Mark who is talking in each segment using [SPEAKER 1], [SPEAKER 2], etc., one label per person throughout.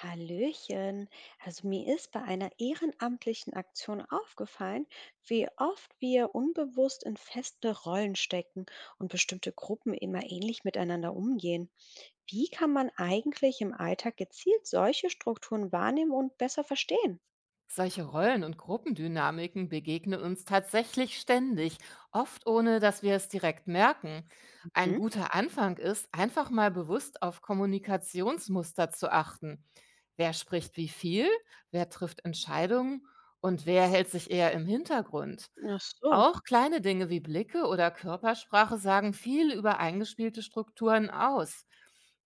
[SPEAKER 1] Hallöchen. Also mir ist bei einer ehrenamtlichen Aktion aufgefallen, wie oft wir unbewusst in feste Rollen stecken und bestimmte Gruppen immer ähnlich miteinander umgehen. Wie kann man eigentlich im Alltag gezielt solche Strukturen wahrnehmen und besser verstehen?
[SPEAKER 2] Solche Rollen- und Gruppendynamiken begegnen uns tatsächlich ständig, oft ohne dass wir es direkt merken. Ein
[SPEAKER 1] Mhm.
[SPEAKER 2] guter Anfang ist, einfach mal bewusst auf Kommunikationsmuster zu achten. Wer spricht wie viel, wer trifft Entscheidungen und wer hält sich eher im Hintergrund.
[SPEAKER 1] Ach so.
[SPEAKER 2] Auch kleine Dinge wie Blicke oder Körpersprache sagen viel über eingespielte Strukturen aus.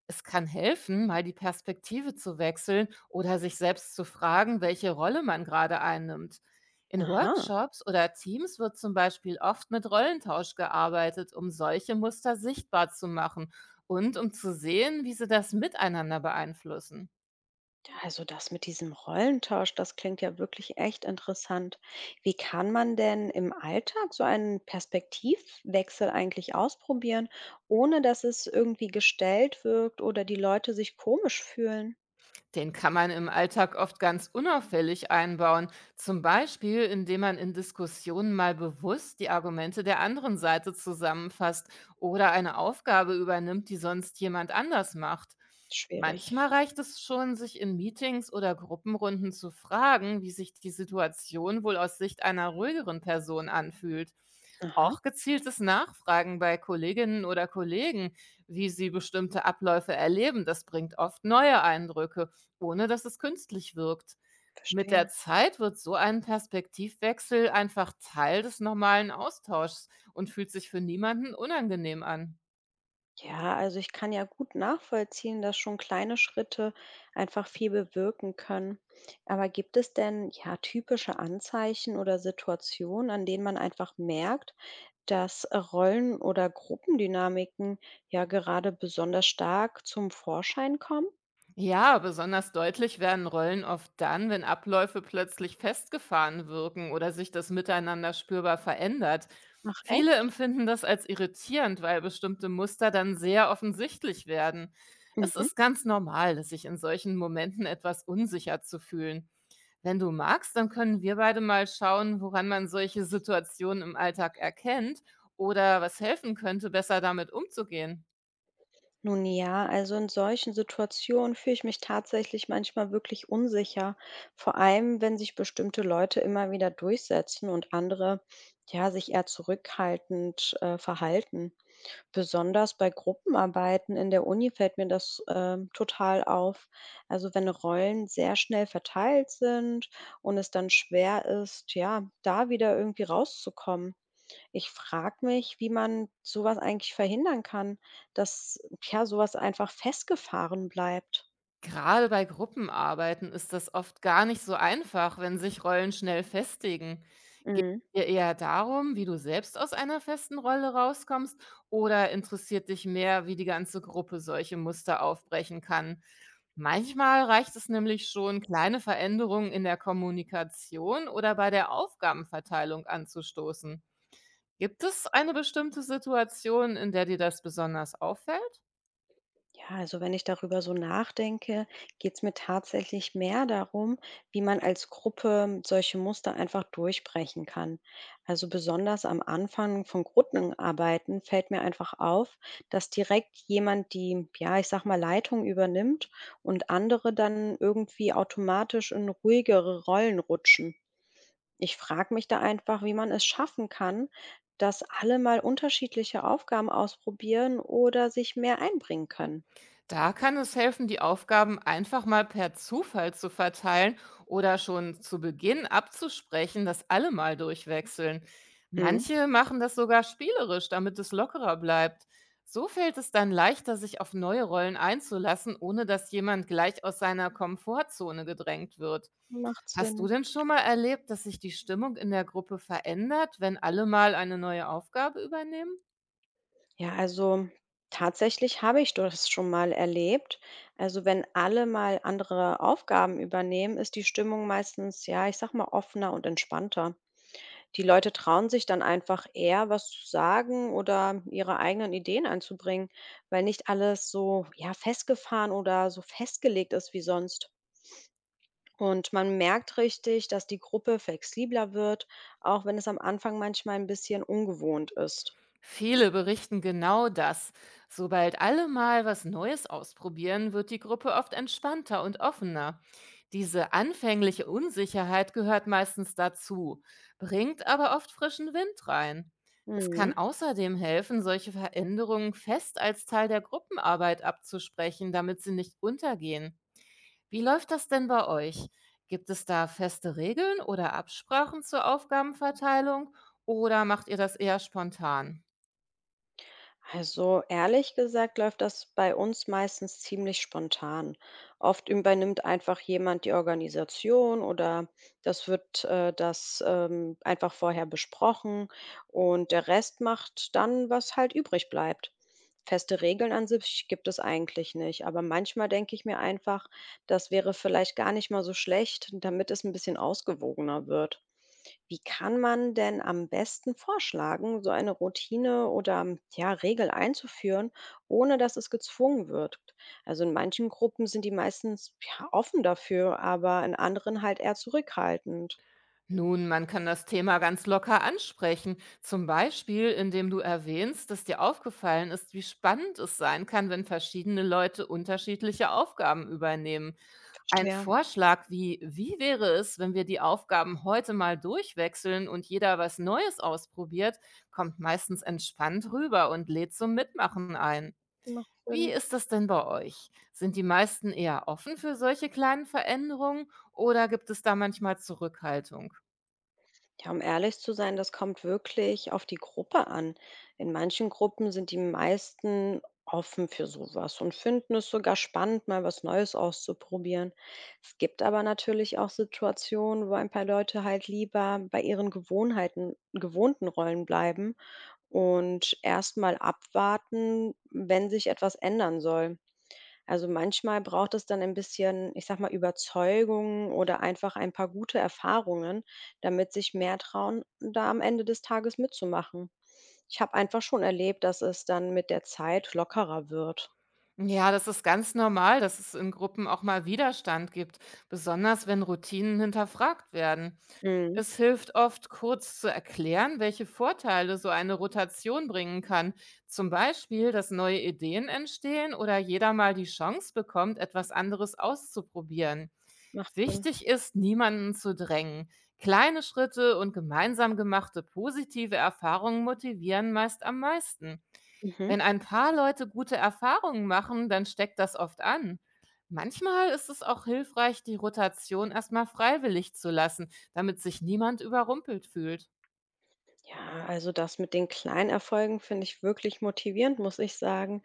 [SPEAKER 2] Es kann helfen, mal die Perspektive zu wechseln oder sich selbst zu fragen, welche Rolle man gerade einnimmt. In
[SPEAKER 1] Aha.
[SPEAKER 2] Workshops oder Teams wird zum Beispiel oft mit Rollentausch gearbeitet, um solche Muster sichtbar zu machen und um zu sehen, wie sie das miteinander beeinflussen.
[SPEAKER 1] Ja, also das mit diesem Rollentausch, das klingt ja wirklich echt interessant. Wie kann man denn im Alltag so einen Perspektivwechsel eigentlich ausprobieren, ohne dass es irgendwie gestellt wirkt oder die Leute sich komisch fühlen?
[SPEAKER 2] Den kann man im Alltag oft ganz unauffällig einbauen, zum Beispiel indem man in Diskussionen mal bewusst die Argumente der anderen Seite zusammenfasst oder eine Aufgabe übernimmt, die sonst jemand anders macht.
[SPEAKER 1] Schwierig.
[SPEAKER 2] Manchmal reicht es schon, sich in Meetings oder Gruppenrunden zu fragen, wie sich die Situation wohl aus Sicht einer ruhigeren Person anfühlt.
[SPEAKER 1] Aha,
[SPEAKER 2] Auch gezieltes Nachfragen bei Kolleginnen oder Kollegen, wie sie bestimmte Abläufe erleben, das bringt oft neue Eindrücke ohne dass es künstlich wirkt. Mit der
[SPEAKER 1] verstehe.
[SPEAKER 2] Zeit wird so ein Perspektivwechsel einfach Teil des normalen Austauschs und fühlt sich für niemanden unangenehm an.
[SPEAKER 1] Ja, also ich kann ja gut nachvollziehen, dass schon kleine Schritte einfach viel bewirken können. Aber gibt es denn ja typische Anzeichen oder Situationen, an denen man einfach merkt, dass Rollen- oder Gruppendynamiken ja gerade besonders stark zum Vorschein kommen?
[SPEAKER 2] Ja, besonders deutlich werden Rollen oft dann, wenn Abläufe plötzlich festgefahren wirken oder sich das Miteinander spürbar verändert.
[SPEAKER 1] Ach
[SPEAKER 2] Viele
[SPEAKER 1] echt?
[SPEAKER 2] empfinden das als irritierend, weil bestimmte Muster dann sehr offensichtlich werden. Es
[SPEAKER 1] Mhm.
[SPEAKER 2] ist ganz normal, sich in solchen Momenten etwas unsicher zu fühlen. Wenn du magst, dann können wir beide mal schauen, woran man solche Situationen im Alltag erkennt oder was helfen könnte, besser damit umzugehen.
[SPEAKER 1] Nun ja, also in solchen Situationen fühle ich mich tatsächlich manchmal wirklich unsicher, vor allem wenn sich bestimmte Leute immer wieder durchsetzen und andere ja sich eher zurückhaltend verhalten. Besonders bei Gruppenarbeiten in der Uni fällt mir das total auf. Also wenn Rollen sehr schnell verteilt sind und es dann schwer ist, ja, da wieder irgendwie rauszukommen. Ich frage mich, wie man sowas eigentlich verhindern kann, dass, ja, sowas einfach festgefahren bleibt.
[SPEAKER 2] Gerade bei Gruppenarbeiten ist das oft gar nicht so einfach, wenn sich Rollen schnell festigen.
[SPEAKER 1] Mhm.
[SPEAKER 2] Ja, eher darum, wie du selbst aus einer festen Rolle rauskommst, oder interessiert dich mehr, wie die ganze Gruppe solche Muster aufbrechen kann? Manchmal reicht es nämlich schon, kleine Veränderungen in der Kommunikation oder bei der Aufgabenverteilung anzustoßen. Gibt es eine bestimmte Situation, in der dir das besonders auffällt?
[SPEAKER 1] Ja, also wenn ich darüber so nachdenke, geht es mir tatsächlich mehr darum, wie man als Gruppe solche Muster einfach durchbrechen kann. Also besonders am Anfang von Gruppenarbeiten fällt mir einfach auf, dass direkt jemand die, ja, ich sage mal, Leitung übernimmt und andere dann irgendwie automatisch in ruhigere Rollen rutschen. Ich frage mich da einfach, wie man es schaffen kann, dass alle mal unterschiedliche Aufgaben ausprobieren oder sich mehr einbringen können.
[SPEAKER 2] Da kann es helfen, die Aufgaben einfach mal per Zufall zu verteilen oder schon zu Beginn abzusprechen, dass alle mal durchwechseln.
[SPEAKER 1] Mhm.
[SPEAKER 2] Manche machen das sogar spielerisch, damit es lockerer bleibt. So fällt es dann leichter, sich auf neue Rollen einzulassen, ohne dass jemand gleich aus seiner Komfortzone gedrängt wird.
[SPEAKER 1] Macht
[SPEAKER 2] Hast du
[SPEAKER 1] Sinn.
[SPEAKER 2] denn schon mal erlebt, dass sich die Stimmung in der Gruppe verändert, wenn alle mal eine neue Aufgabe übernehmen?
[SPEAKER 1] Ja, also tatsächlich habe ich das schon mal erlebt. Also wenn alle mal andere Aufgaben übernehmen, ist die Stimmung meistens, ja, ich sag mal, offener und entspannter. Die Leute trauen sich dann einfach eher, was zu sagen oder ihre eigenen Ideen einzubringen, weil nicht alles so, ja, festgefahren oder so festgelegt ist wie sonst. Und man merkt richtig, dass die Gruppe flexibler wird, auch wenn es am Anfang manchmal ein bisschen ungewohnt ist.
[SPEAKER 2] Viele berichten genau das. Sobald alle mal was Neues ausprobieren, wird die Gruppe oft entspannter und offener. Diese anfängliche Unsicherheit gehört meistens dazu, bringt aber oft frischen Wind rein. Es
[SPEAKER 1] Mhm.
[SPEAKER 2] kann außerdem helfen, solche Veränderungen fest als Teil der Gruppenarbeit abzusprechen, damit sie nicht untergehen. Wie läuft das denn bei euch? Gibt es da feste Regeln oder Absprachen zur Aufgabenverteilung oder macht ihr das eher spontan?
[SPEAKER 1] Also ehrlich gesagt läuft das bei uns meistens ziemlich spontan. Oft übernimmt einfach jemand die Organisation oder das wird das einfach vorher besprochen und der Rest macht dann, was halt übrig bleibt. Feste Regeln an sich gibt es eigentlich nicht, aber manchmal denke ich mir einfach, das wäre vielleicht gar nicht mal so schlecht, damit es ein bisschen ausgewogener wird. Wie kann man denn am besten vorschlagen, so eine Routine oder ja, Regel einzuführen, ohne dass es gezwungen wirkt? Also in manchen Gruppen sind die meistens ja, offen dafür, aber in anderen halt eher zurückhaltend.
[SPEAKER 2] Nun, man kann das Thema ganz locker ansprechen, zum Beispiel indem du erwähnst, dass dir aufgefallen ist, wie spannend es sein kann, wenn verschiedene Leute unterschiedliche Aufgaben übernehmen. Ein
[SPEAKER 1] Verstehe.
[SPEAKER 2] Vorschlag wie, wie wäre es, wenn wir die Aufgaben heute mal durchwechseln und jeder was Neues ausprobiert, kommt meistens entspannt rüber und lädt zum Mitmachen ein.
[SPEAKER 1] Macht
[SPEAKER 2] Wie
[SPEAKER 1] Sinn.
[SPEAKER 2] ist das denn bei euch? Sind die meisten eher offen für solche kleinen Veränderungen oder gibt es da manchmal Zurückhaltung?
[SPEAKER 1] Ja, um ehrlich zu sein, das kommt wirklich auf die Gruppe an. In manchen Gruppen sind die meisten offen für sowas und finden es sogar spannend, mal was Neues auszuprobieren. Es gibt aber natürlich auch Situationen, wo ein paar Leute halt lieber bei ihren Gewohnheiten, gewohnten Rollen bleiben und erst mal abwarten, wenn sich etwas ändern soll. Also manchmal braucht es dann ein bisschen, ich sage mal, Überzeugung oder einfach ein paar gute Erfahrungen, damit sich mehr trauen, da am Ende des Tages mitzumachen. Ich habe einfach schon erlebt, dass es dann mit der Zeit lockerer wird.
[SPEAKER 2] Ja, das ist ganz normal, dass es in Gruppen auch mal Widerstand gibt, besonders wenn Routinen hinterfragt werden.
[SPEAKER 1] Mhm.
[SPEAKER 2] Es hilft oft, kurz zu erklären, welche Vorteile so eine Rotation bringen kann. Zum Beispiel, dass neue Ideen entstehen oder jeder mal die Chance bekommt, etwas anderes auszuprobieren.
[SPEAKER 1] Macht Sinn.
[SPEAKER 2] Wichtig ist, niemanden zu drängen. Kleine Schritte und gemeinsam gemachte positive Erfahrungen motivieren meist am meisten.
[SPEAKER 1] Mhm.
[SPEAKER 2] Wenn ein paar Leute gute Erfahrungen machen, dann steckt das oft an. Manchmal ist es auch hilfreich, die Rotation erstmal freiwillig zu lassen, damit sich niemand überrumpelt fühlt.
[SPEAKER 1] Ja, also das mit den kleinen Erfolgen finde ich wirklich motivierend, muss ich sagen.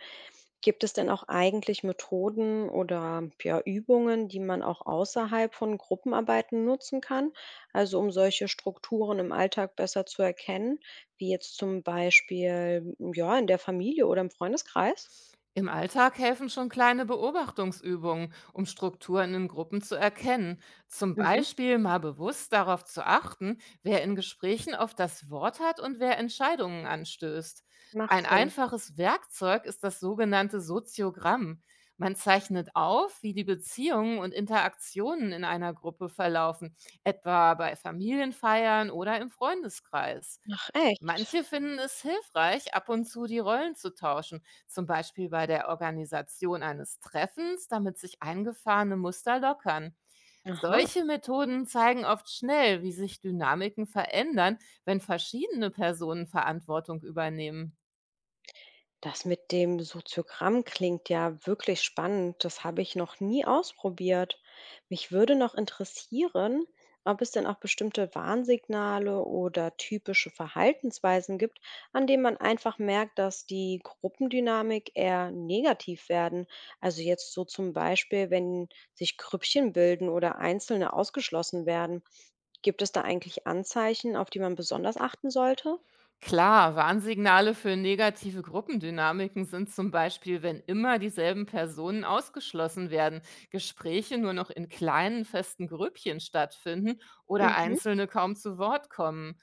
[SPEAKER 1] Gibt es denn auch eigentlich Methoden oder, ja, Übungen, die man auch außerhalb von Gruppenarbeiten nutzen kann? Also, um solche Strukturen im Alltag besser zu erkennen, wie jetzt zum Beispiel, ja, in der Familie oder im Freundeskreis?
[SPEAKER 2] Im Alltag helfen schon kleine Beobachtungsübungen, um Strukturen in Gruppen zu erkennen. Zum
[SPEAKER 1] Mhm.
[SPEAKER 2] Beispiel mal bewusst darauf zu achten, wer in Gesprächen auf das Wort hat und wer Entscheidungen anstößt.
[SPEAKER 1] Macht
[SPEAKER 2] Ein
[SPEAKER 1] Sinn.
[SPEAKER 2] einfaches Werkzeug ist das sogenannte Soziogramm. Man zeichnet auf, wie die Beziehungen und Interaktionen in einer Gruppe verlaufen, etwa bei Familienfeiern oder im Freundeskreis.
[SPEAKER 1] Ach, echt?
[SPEAKER 2] Manche finden es hilfreich, ab und zu die Rollen zu tauschen, zum Beispiel bei der Organisation eines Treffens, damit sich eingefahrene Muster lockern.
[SPEAKER 1] Aha.
[SPEAKER 2] Solche Methoden zeigen oft schnell, wie sich Dynamiken verändern, wenn verschiedene Personen Verantwortung übernehmen.
[SPEAKER 1] Das mit dem Soziogramm klingt ja wirklich spannend. Das habe ich noch nie ausprobiert. Mich würde noch interessieren, ob es denn auch bestimmte Warnsignale oder typische Verhaltensweisen gibt, an denen man einfach merkt, dass die Gruppendynamik eher negativ werden. Also jetzt so zum Beispiel, wenn sich Grüppchen bilden oder Einzelne ausgeschlossen werden. Gibt es da eigentlich Anzeichen, auf die man besonders achten sollte?
[SPEAKER 2] Klar, Warnsignale für negative Gruppendynamiken sind zum Beispiel, wenn immer dieselben Personen ausgeschlossen werden, Gespräche nur noch in kleinen festen Grüppchen stattfinden oder
[SPEAKER 1] Mhm,
[SPEAKER 2] Einzelne kaum zu Wort kommen.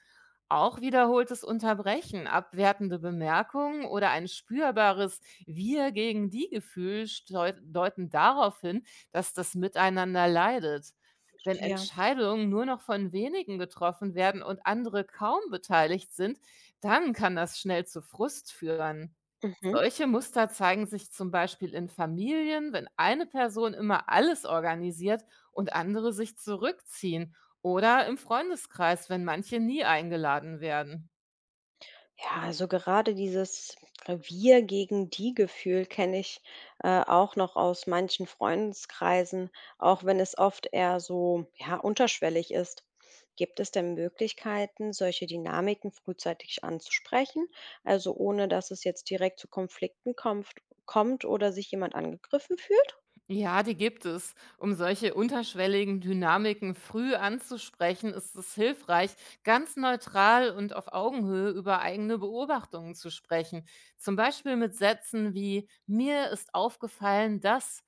[SPEAKER 2] Auch wiederholtes Unterbrechen, abwertende Bemerkungen oder ein spürbares Wir gegen die Gefühl deuten darauf hin, dass das Miteinander leidet. Wenn
[SPEAKER 1] ja.
[SPEAKER 2] Entscheidungen nur noch von wenigen getroffen werden und andere kaum beteiligt sind, dann kann das schnell zu Frust führen.
[SPEAKER 1] Mhm.
[SPEAKER 2] Solche Muster zeigen sich zum Beispiel in Familien, wenn eine Person immer alles organisiert und andere sich zurückziehen, oder im Freundeskreis, wenn manche nie eingeladen werden.
[SPEAKER 1] Ja, also gerade dieses „Wir gegen die“ Gefühl kenne ich, auch noch aus manchen Freundeskreisen, auch wenn es oft eher so, ja, unterschwellig ist. Gibt es denn Möglichkeiten, solche Dynamiken frühzeitig anzusprechen, also ohne dass es jetzt direkt zu Konflikten kommt oder sich jemand angegriffen fühlt?
[SPEAKER 2] Ja, die gibt es. Um solche unterschwelligen Dynamiken früh anzusprechen, ist es hilfreich, ganz neutral und auf Augenhöhe über eigene Beobachtungen zu sprechen. Zum Beispiel mit Sätzen wie „Mir ist aufgefallen, dass“.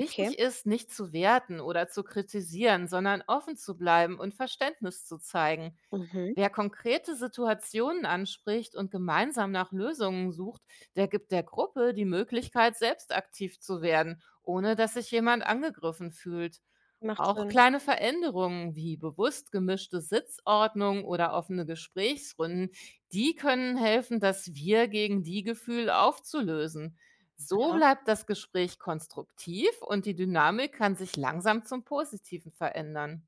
[SPEAKER 1] Okay.
[SPEAKER 2] ist, nicht zu werten oder zu kritisieren, sondern offen zu bleiben und Verständnis zu zeigen.
[SPEAKER 1] Mhm.
[SPEAKER 2] Wer konkrete Situationen anspricht und gemeinsam nach Lösungen sucht, der gibt der Gruppe die Möglichkeit, selbst aktiv zu werden, ohne dass sich jemand angegriffen fühlt.
[SPEAKER 1] Macht
[SPEAKER 2] Auch
[SPEAKER 1] Sinn.
[SPEAKER 2] kleine Veränderungen wie bewusst gemischte Sitzordnung oder offene Gesprächsrunden, die können helfen, das Wir gegen die Gefühl aufzulösen. So
[SPEAKER 1] Aha.
[SPEAKER 2] bleibt das Gespräch konstruktiv und die Dynamik kann sich langsam zum Positiven verändern.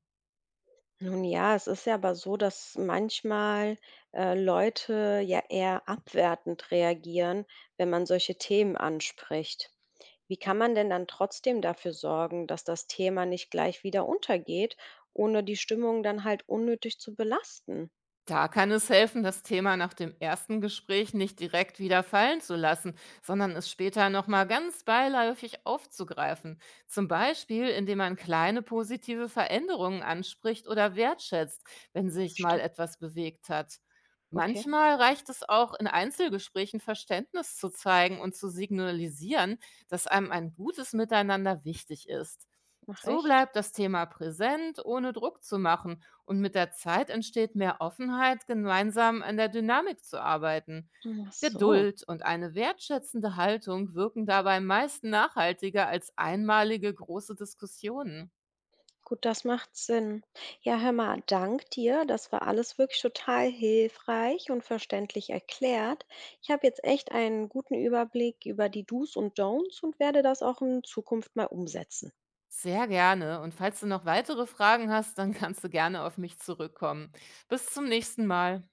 [SPEAKER 1] Nun ja, es ist ja aber so, dass manchmal, Leute ja eher abwertend reagieren, wenn man solche Themen anspricht. Wie kann man denn dann trotzdem dafür sorgen, dass das Thema nicht gleich wieder untergeht, ohne die Stimmung dann halt unnötig zu belasten?
[SPEAKER 2] Da kann es helfen, das Thema nach dem ersten Gespräch nicht direkt wieder fallen zu lassen, sondern es später nochmal ganz beiläufig aufzugreifen. Zum Beispiel, indem man kleine positive Veränderungen anspricht oder wertschätzt, wenn sich
[SPEAKER 1] Verstehe.
[SPEAKER 2] mal etwas bewegt hat.
[SPEAKER 1] Okay,
[SPEAKER 2] Manchmal reicht es auch, in Einzelgesprächen Verständnis zu zeigen und zu signalisieren, dass einem ein gutes Miteinander wichtig ist.
[SPEAKER 1] ach
[SPEAKER 2] So
[SPEAKER 1] recht.
[SPEAKER 2] bleibt das Thema präsent, ohne Druck zu machen und mit der Zeit entsteht mehr Offenheit, gemeinsam an der Dynamik zu arbeiten.
[SPEAKER 1] Ach so.
[SPEAKER 2] Geduld und eine wertschätzende Haltung wirken dabei meist nachhaltiger als einmalige große Diskussionen.
[SPEAKER 1] Gut, das macht Sinn. Ja, hör mal, dank dir. Das war alles wirklich total hilfreich und verständlich erklärt. Ich habe jetzt echt einen guten Überblick über die Do's und Don'ts und werde das auch in Zukunft mal umsetzen.
[SPEAKER 2] Sehr gerne. Und falls du noch weitere Fragen hast, dann kannst du gerne auf mich zurückkommen. Bis zum nächsten Mal.